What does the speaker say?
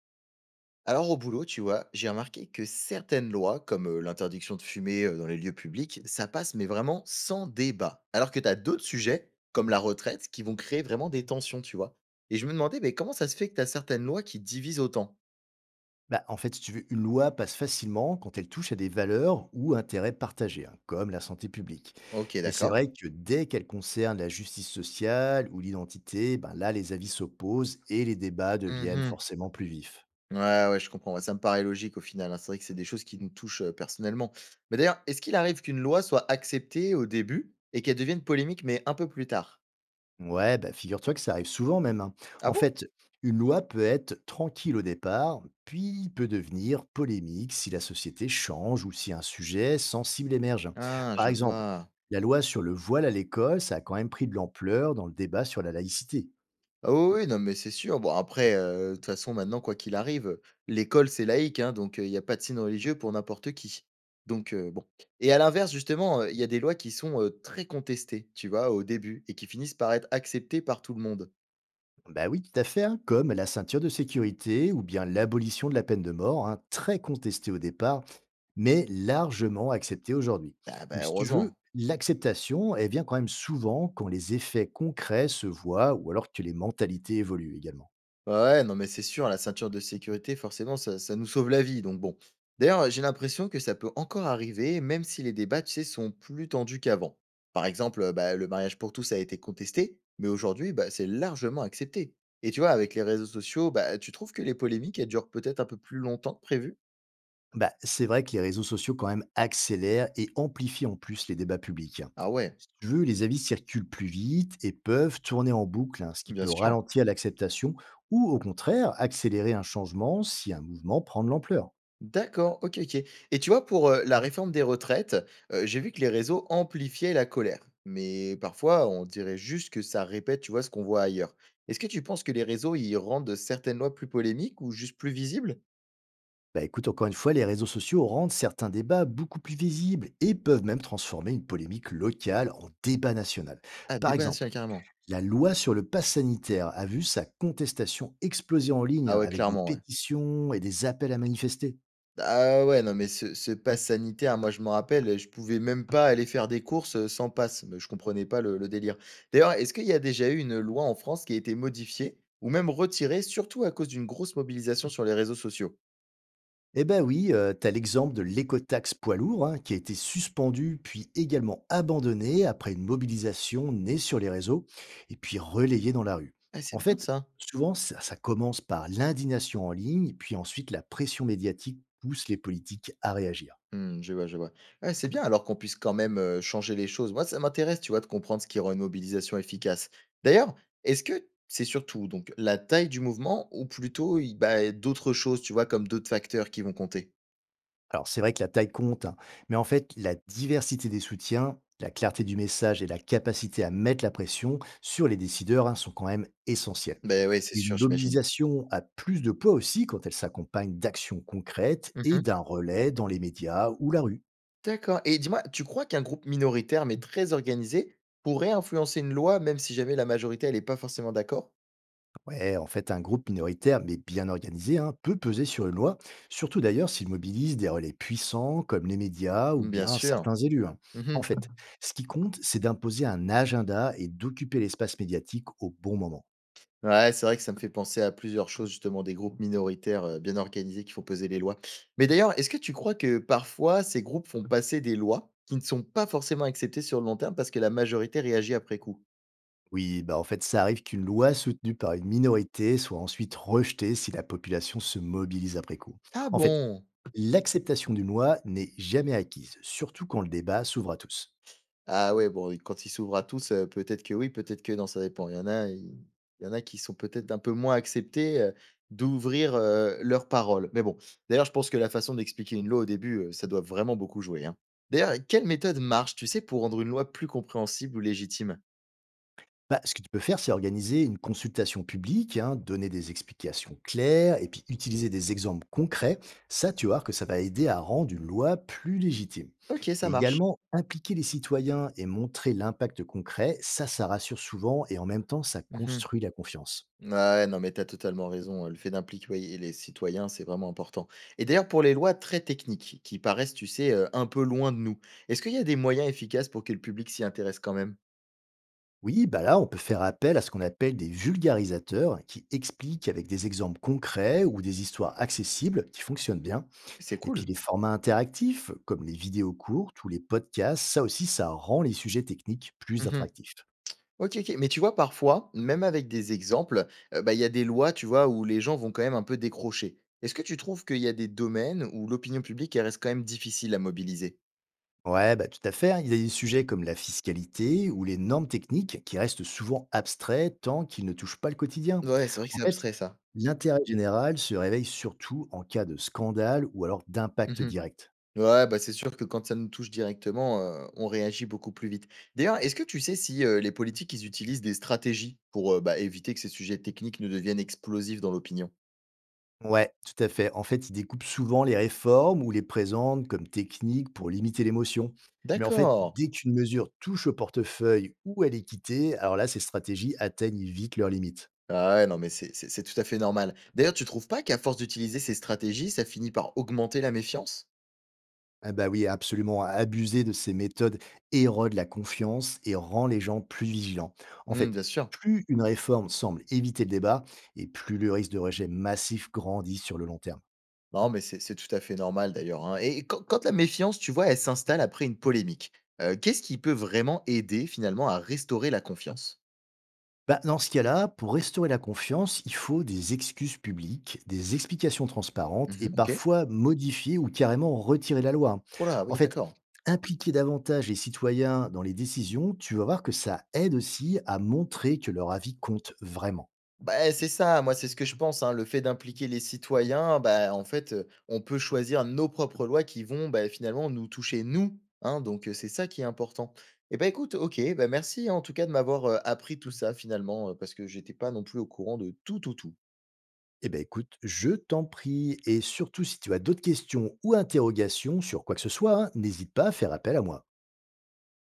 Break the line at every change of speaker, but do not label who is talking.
Alors au boulot, tu vois, j'ai remarqué que certaines lois, comme l'interdiction de fumer dans les lieux publics, ça passe mais vraiment sans débat. Alors que tu as d'autres sujets, comme la retraite, qui vont créer vraiment des tensions, tu vois. Et je me demandais, mais comment ça se fait que tu as certaines lois qui divisent autant?
Bah, en fait, si tu veux, une loi passe facilement quand elle touche à des valeurs ou intérêts partagés, hein, comme la santé publique.
Ok,
Mais c'est
d'accord.
vrai que dès qu'elle concerne la justice sociale ou l'identité, ben là, les avis s'opposent et les débats deviennent
Mhm.
forcément plus vifs.
Ouais, ouais, je comprends. Ouais, ça me paraît logique au final, hein. C'est vrai que c'est des choses qui nous touchent personnellement. Mais d'ailleurs, est-ce qu'il arrive qu'une loi soit acceptée au début et qu'elle devienne polémique, mais un peu plus tard?
Ouais, bah, figure-toi que ça arrive souvent même. Hein.
Ah
En
bon?
fait, une loi peut être tranquille au départ, puis peut devenir polémique si la société change ou si un sujet sensible émerge.
Ah,
Par
je
exemple,
vois.
la loi sur le voile à l'école, ça a quand même pris de l'ampleur dans le débat sur la laïcité.
Ah oui, oui, non, mais c'est sûr. Bon, après, de toute façon, maintenant, quoi qu'il arrive, l'école, c'est laïque, hein, donc il y a pas de signe religieux pour n'importe qui. Donc bon, et à l'inverse, justement, il y a des lois qui sont, très contestées, tu vois, au début et qui finissent par être acceptées par tout le monde.
Bah oui, tout à fait, hein, comme la ceinture de sécurité ou bien l'abolition de la peine de mort, hein, très contestée au départ, mais largement acceptée aujourd'hui.
Ah bah,
Donc si tu veux,
heureusement.
l'acceptation, elle vient quand même souvent quand les effets concrets se voient ou alors que les mentalités évoluent également.
Ouais, ouais, non, mais c'est sûr, la ceinture de sécurité, forcément, ça nous sauve la vie. Donc bon. D'ailleurs, j'ai l'impression que ça peut encore arriver, même si les débats, tu sais, sont plus tendus qu'avant. Par exemple, bah, le mariage pour tous a été contesté, mais aujourd'hui, bah, c'est largement accepté. Et tu vois, avec les réseaux sociaux, bah, tu trouves que les polémiques, elles durent peut-être un peu plus longtemps que prévu?
Bah, c'est vrai que les réseaux sociaux quand même accélèrent et amplifient en plus les débats publics. Hein.
Ah ouais,
Si tu veux, les avis circulent plus vite et peuvent tourner en boucle, hein, ce qui
bien
peut
sûr.
ralentir l'acceptation ou au contraire accélérer un changement si un mouvement prend de l'ampleur.
D'accord, OK, OK. Et tu vois, pour, la réforme des retraites, j'ai vu que les réseaux amplifiaient la colère. Mais parfois, on dirait juste que ça répète, tu vois, ce qu'on voit ailleurs. Est-ce que tu penses que les réseaux, y rendent certaines lois plus polémiques ou juste plus visibles?
Bah écoute, encore une fois, les réseaux sociaux rendent certains débats beaucoup plus visibles et peuvent même transformer une polémique locale en débat national.
Ah,
Par
débat
exemple,
national carrément.
la loi sur le pass sanitaire a vu sa contestation exploser en ligne,
Ah
hein,
ouais,
avec des
clairement, ouais.
pétitions et des appels à manifester.
Ah ouais, non mais ce pass sanitaire, moi je m'en rappelle, je pouvais même pas aller faire des courses, sans passe. Mais je comprenais pas le délire. D'ailleurs, est-ce qu'il y a déjà eu une loi en France qui a été modifiée ou même retirée, surtout à cause d'une grosse mobilisation sur les réseaux sociaux?
Eh ben oui, t'as l'exemple de l'écotaxe poids lourd, hein, qui a été suspendu puis également abandonné après une mobilisation née sur les réseaux et puis relayée dans la rue.
Ah,
En
c'est bien
fait,
ça.
souvent, ça commence par l'indignation en ligne, puis ensuite la pression médiatique pousse les politiques à réagir.
Mmh, je vois, je vois. Ouais, c'est bien alors qu'on puisse quand même, changer les choses. Moi, ça m'intéresse, tu vois, de comprendre ce qui rend une mobilisation efficace. D'ailleurs, est-ce que c'est surtout donc la taille du mouvement ou plutôt il bah, d'autres choses, tu vois, comme d'autres facteurs qui vont compter?
Alors c'est vrai que la taille compte, hein, mais en fait, la diversité des soutiens, la clarté du message et la capacité à mettre la pression sur les décideurs, hein, sont quand même essentielles.
Ben oui, c'est
Une
sûr, j'imagine.
mobilisation a plus de poids aussi quand elle s'accompagne d'actions concrètes et
Mmh.
d'un relais dans les médias ou la rue.
D'accord, et dis-moi, tu crois qu'un groupe minoritaire mais très organisé pourrait influencer une loi même si jamais la majorité elle n'est pas forcément d'accord?
Ouais, en fait, un groupe minoritaire mais bien organisé, hein, peut peser sur une loi, surtout d'ailleurs s'il mobilise des relais puissants comme les médias ou
Bien
bien
sûr.
certains élus. Hein.
Mmh.
En fait, ce qui compte, c'est d'imposer un agenda et d'occuper l'espace médiatique au bon moment.
Ouais, c'est vrai que ça me fait penser à plusieurs choses, justement, des groupes minoritaires, bien organisés qui font peser les lois. Mais d'ailleurs, est-ce que tu crois que parfois ces groupes font passer des lois qui ne sont pas forcément acceptées sur le long terme parce que la majorité réagit après coup?
Oui, bah en fait, ça arrive qu'une loi soutenue par une minorité soit ensuite rejetée si la population se mobilise après coup.
Ah
En fait,
bon!
l'acceptation d'une loi n'est jamais acquise, surtout quand le débat s'ouvre à tous.
Ah ouais, bon, quand ils s'ouvrent à tous, peut-être que oui, peut-être que non, ça dépend. Il y en a qui sont peut-être un peu moins acceptés, d'ouvrir, leurs paroles. Mais bon, d'ailleurs, je pense que la façon d'expliquer une loi au début, ça doit vraiment beaucoup jouer, hein. D'ailleurs, quelle méthode marche, tu sais, pour rendre une loi plus compréhensible ou légitime?
Bah, ce que tu peux faire, c'est organiser une consultation publique, hein, donner des explications claires et puis utiliser des exemples concrets. Ça, tu vois que ça va aider à rendre une
Mmh.
loi plus légitime.
OK,
Et
ça marche.
également, impliquer les citoyens et montrer l'impact concret, ça rassure souvent et en même temps, ça
Mmh.
construit la confiance.
Ouais, non, mais t'as totalement raison, hein, le fait d'impliquer les citoyens, c'est vraiment important. Et d'ailleurs, pour les lois très techniques qui paraissent, tu sais, un peu loin de nous, est-ce qu'il y a des moyens efficaces pour que le public s'y intéresse quand même?
Oui, bah là, on peut faire appel à ce qu'on appelle des vulgarisateurs qui expliquent avec des exemples concrets ou des histoires accessibles qui fonctionnent bien.
C'est
Et puis
cool.
les formats interactifs, comme les vidéos courtes ou les podcasts, ça aussi, ça rend les sujets techniques plus
Mmh.
attractifs.
OK, OK. Mais tu vois parfois, même avec des exemples, bah, il y a des lois, tu vois, où les gens vont quand même un peu décrocher. Est-ce que tu trouves qu'il y a des domaines où l'opinion publique, elle reste quand même difficile à mobiliser?
Ouais, bah tout à fait. Hein. Il y a des sujets comme la fiscalité ou les normes techniques qui restent souvent abstraits tant qu'ils ne touchent pas le quotidien.
Ouais, c'est vrai que
En
c'est
fait,
abstrait ça.
l'intérêt général se réveille surtout en cas de scandale ou alors d'impact
Mmh.
direct.
Ouais, bah, c'est sûr que quand ça nous touche directement, on réagit beaucoup plus vite. D'ailleurs, est-ce que tu sais si, les politiques, ils utilisent des stratégies pour, bah, éviter que ces sujets techniques ne deviennent explosifs dans l'opinion?
Ouais, tout à fait. En fait, ils découpent souvent les réformes ou les présentent comme techniques pour limiter l'émotion. Mais en fait,
D'accord.
dès qu'une mesure touche au portefeuille ou à l'équité, alors là, ces stratégies atteignent vite leurs limites.
Ah ouais, non, mais c'est tout à fait normal. D'ailleurs, tu trouves pas qu'à force d'utiliser ces stratégies, ça finit par augmenter la méfiance?
Ah bah oui, absolument. Abuser de ces méthodes érode la confiance et rend les gens plus vigilants. En
Mmh,
fait,
bien sûr.
plus une réforme semble éviter le débat et plus le risque de rejet massif grandit sur le long terme.
Non, mais c'est tout à fait normal d'ailleurs, hein. Et quand la méfiance, tu vois, elle s'installe après une polémique, qu'est-ce qui peut vraiment aider finalement à restaurer la confiance?
Bah, dans ce cas-là, pour restaurer la confiance, il faut des excuses publiques, des explications transparentes et
Mmh. OK.
parfois modifier ou carrément retirer la loi.
Voilà.
En
Oui,
fait,
d'accord.
impliquer davantage les citoyens dans les décisions, tu vas voir que ça aide aussi à montrer que leur avis compte vraiment.
Bah, c'est ça, moi, c'est ce que je pense, hein. Le fait d'impliquer les citoyens, bah, en fait, on peut choisir nos propres lois qui vont, bah, finalement nous toucher nous, hein, donc c'est ça qui est important. Et bah, écoute, OK, bah, merci, hein, en tout cas de m'avoir, appris tout ça finalement, parce que j'étais pas non plus au courant de tout, tout, tout.
Eh ben écoute, je t'en prie, et surtout si tu as d'autres questions ou interrogations sur quoi que ce soit, hein, n'hésite pas à faire appel à moi.